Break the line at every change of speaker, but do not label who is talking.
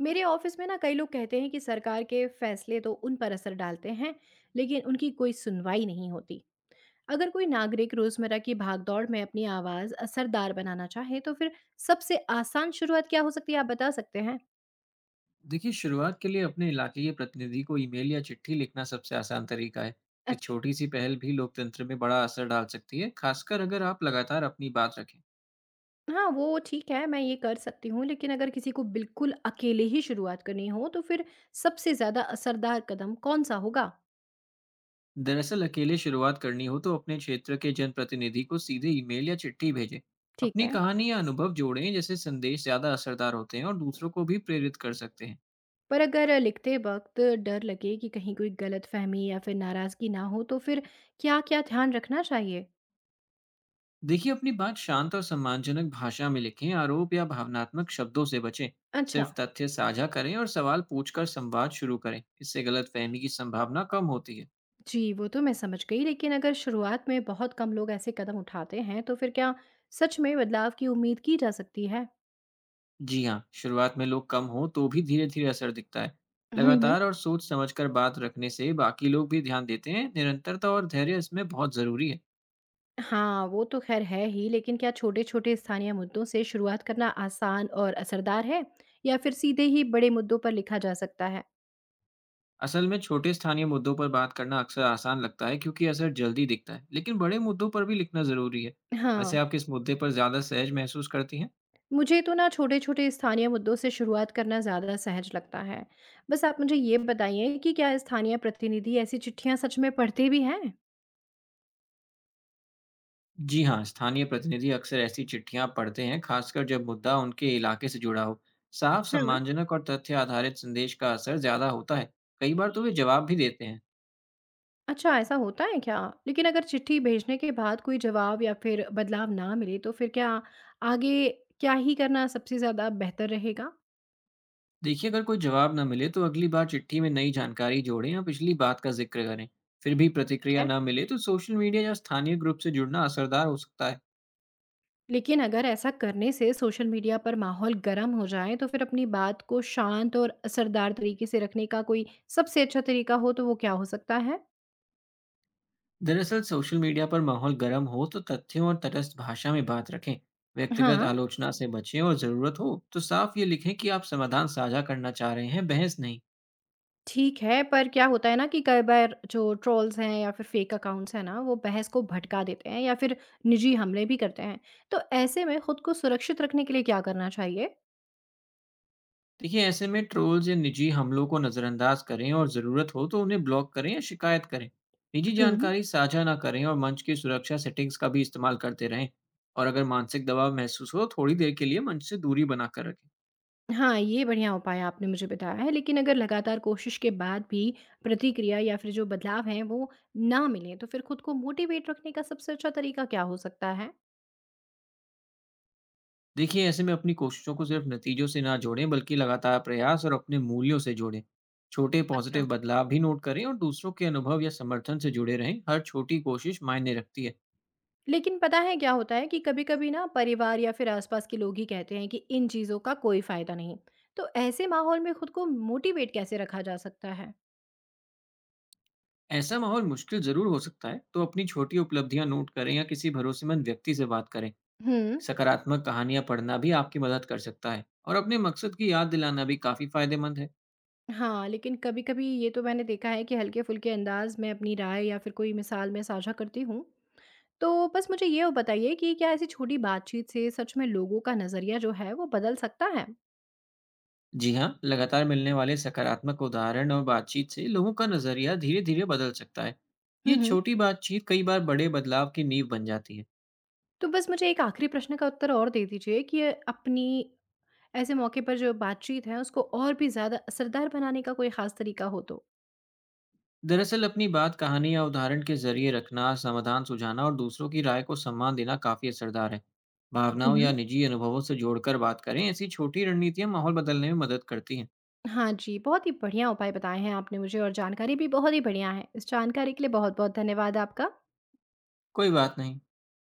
मेरे ऑफिस में ना कई लोग कहते हैं कि सरकार के फैसले तो उन पर असर डालते हैं, लेकिन उनकी कोई सुनवाई नहीं होती। अगर कोई नागरिक रोजमर्रा की भागदौड़ में अपनी आवाज असरदार बनाना चाहे तो फिर सबसे आसान शुरुआत क्या हो सकती है, आप बता सकते हैं?
देखिए शुरुआत के लिए अपने इलाके के प्रतिनिधि को ईमेल या चिट्ठी लिखना सबसे आसान तरीका है। एक
अच्छा।
छोटी सी पहल भी लोकतंत्र में बड़ा असर डाल सकती है, खासकर अगर आप लगातार अपनी बात रखें।
हाँ, वो ठीक है, मैं ये कर सकती हूँ। लेकिन अगर किसी को बिल्कुल अकेले ही शुरुआत करनी हो तो फिर सबसे ज्यादा असरदार कदम कौन सा होगा?
दरअसल अकेले शुरुआत करनी हो तो अपने क्षेत्र के जनप्रतिनिधि को सीधे ईमेल या चिट्ठी भेजें।
ठीक
अपनी
है।
कहानी या अनुभव जोड़ें जैसे संदेश ज़्यादा असरदार होते हैं और दूसरों को भी प्रेरित कर सकते हैं।
पर अगर लिखते वक्त डर लगे कि कहीं कोई गलतफहमी या फिर नाराज़गी ना हो तो फिर क्या-क्या ध्यान रखना चाहिए?
देखिए अपनी बात शांत और सम्मानजनक भाषा में लिखें, आरोप या भावनात्मक शब्दों से बचें।
अच्छा।
सिर्फ तथ्य साझा करें और सवाल पूछकर संवाद शुरू करें, इससे गलतफहमी की संभावना कम होती है।
जी, वो तो मैं समझ गई। लेकिन अगर शुरुआत में बहुत कम लोग ऐसे कदम उठाते हैं तो फिर क्या सच में बदलाव की उम्मीद की जा सकती है?
जी हाँ, शुरुआत में लोग कम हो तो भी धीरे धीरे असर दिखता है।
हम्म हम्म।
लगातार और सोच समझकर बात रखने से बाकी लोग भी ध्यान देते हैं, निरंतरता और धैर्य इसमें बहुत ज़रूरी है।
हाँ, वो तो खैर है ही। लेकिन क्या छोटे-छोटे स्थानीय मुद्दों से शुरुआत करना आसान और असरदार है, या फिर सीधे ही बड़े मुद्दों पर लिखा जा सकता है?
असल में छोटे स्थानीय मुद्दों पर बात करना अक्सर आसान लगता है क्योंकि असर जल्दी दिखता है, लेकिन बड़े मुद्दों पर भी लिखना ज़रूरी है।
हाँ।
वैसे आप किस मुद्दे पर ज़्यादा सहज महसूस करती हैं?
मुझे तो ना छोटे-छोटे स्थानीय मुद्दों से शुरुआत करना ज़्यादा सहज लगता है। बस आप मुझे ये बताइए कि क्या स्थानीय प्रतिनिधि ऐसी चिट्ठियाँ सच में पढ़ते भी हैं?
जी हाँ, स्थानीय प्रतिनिधि अक्सर ऐसी चिट्ठियां पढ़ते हैं, खासकर जब मुद्दा उनके इलाके से जुड़ा हो। साफ,
हाँ।
सम्मानजनक और तथ्य आधारित संदेश का असर ज़्यादा होता है। कई बार तो वे जवाब भी देते हैं।
अच्छा, ऐसा होता है क्या? लेकिन अगर चिट्ठी भेजने के बाद कोई जवाब या फिर बदलाव ना मिले तो फिर क्या आगे क्या ही करना सबसे ज़्यादा बेहतर रहेगा?
देखिए, अगर कोई जवाब न मिले तो अगली बार चिट्ठी में नई जानकारी जोड़ें या पिछली बात का जिक्र करें। फिर भी
ठीक
प्रतिक्रिया
है।
न मिले तो सोशल मीडिया या स्थानीय ग्रुप से जुड़ना असरदार हो सकता है।
लेकिन अगर ऐसा करने से सोशल मीडिया पर माहौल गर्म हो जाए, तो फिर अपनी बात को शांत और असरदार तरीके से रखने का कोई सबसे अच्छा तरीका हो तो वो क्या हो सकता है?
दरअसल सोशल मीडिया पर माहौल गर्म हो तो तथ्यों और तटस्थ भाषा में बात रखें। व्यक्तिगत
हाँ।
आलोचना से बचें और ज़रूरत हो तो साफ ये लिखें कि आप समाधान साझा करना चाह रहे हैं, बहस नहीं।
ठीक है, पर क्या होता है ना कि कई बार जो ट्रोल्स हैं या फिर फेक अकाउंट्स हैं ना, वो बहस को भटका देते हैं या फिर निजी हमले भी करते हैं। तो ऐसे में खुद को सुरक्षित रखने के लिए क्या करना चाहिए?
देखिए ऐसे में ट्रोल्स या निजी हमलों को नज़रअंदाज करें और ज़रूरत हो तो उन्हें ब्लॉक करें या शिकायत करें। निजी
हम्म।
जानकारी साझा ना करें और मंच की सुरक्षा सेटिंग्स का भी इस्तेमाल करते रहें। और अगर मानसिक दबाव महसूस हो, थोड़ी देर के लिए मंच से दूरी बनाकर रखें।
हाँ, ये बढ़िया उपाय आपने मुझे बताया है। लेकिन अगर लगातार कोशिश के बाद भी प्रतिक्रिया या फिर जो बदलाव हैं, वो ना मिले, तो फिर खुद को मोटिवेट रखने का सबसे अच्छा तरीका क्या हो सकता है?
देखिए ऐसे में अपनी कोशिशों को सिर्फ नतीजों से ना जोड़ें, बल्कि लगातार प्रयास और अपने मूल्यों से जोड़ें। छोटे
अच्छा।
पॉजिटिव बदलाव भी नोट करें और दूसरों के अनुभव या समर्थन से जुड़े रहें, हर छोटी कोशिश मायने रखती है।
लेकिन पता है क्या होता है कि कभी-कभी ना परिवार या फिर आसपास के लोग ही कहते हैं कि इन चीज़ों का कोई फ़ायदा नहीं। तो ऐसे माहौल में खुद को मोटिवेट कैसे रखा जा सकता है?
ऐसा माहौल मुश्किल जरूर हो सकता है, तो अपनी छोटी उपलब्धियां नोट करें या किसी भरोसेमंद व्यक्ति से बात करें।
हुँ।
सकारात्मक कहानियां पढ़ना भी आपकी मदद कर सकता है और अपने मकसद की याद दिलाना भी काफी फायदेमंद है।
हाँ, लेकिन कभी-कभी ये तो मैंने देखा है कि हल्के-फुल्के अंदाज़ में अपनी राय या फिर कोई मिसाल मैं साझा करती हूँ। तो बस मुझे ये बताइए कि क्या ऐसी छोटी बातचीत से सच में लोगों का नज़रिया जो है वो बदल सकता है?
जी हाँ, लगातार मिलने वाले सकारात्मक उदाहरण और बातचीत से लोगों का नजरिया धीरे धीरे बदल सकता है।
हुँ,
ये
हुँ।
छोटी बातचीत कई बार बड़े बदलाव की नींव बन जाती है।
तो बस मुझे एक आखिरी प्रश्न का उत्तर और दे दीजिए कि अपनी ऐसे मौके पर जो बातचीत है उसको और भी ज़्यादा असरदार बनाने का कोई ख़ास तरीका हो तो?
दरअसल अपनी बात कहानी या उदाहरण के जरिए रखना, समाधान सुझाना और दूसरों की राय को सम्मान देना काफी असरदार है। भावनाओं
मम्,
या निजी अनुभवों से जोड़कर बात करें, ऐसी छोटी रणनीतियां माहौल बदलने में मदद करती हैं।
हाँ जी, बहुत ही बढ़िया उपाय बताए हैं आपने मुझे और जानकारी भी बहुत ही बढ़िया है। इस जानकारी के लिए बहुत-बहुत धन्यवाद आपका।
कोई बात नहीं।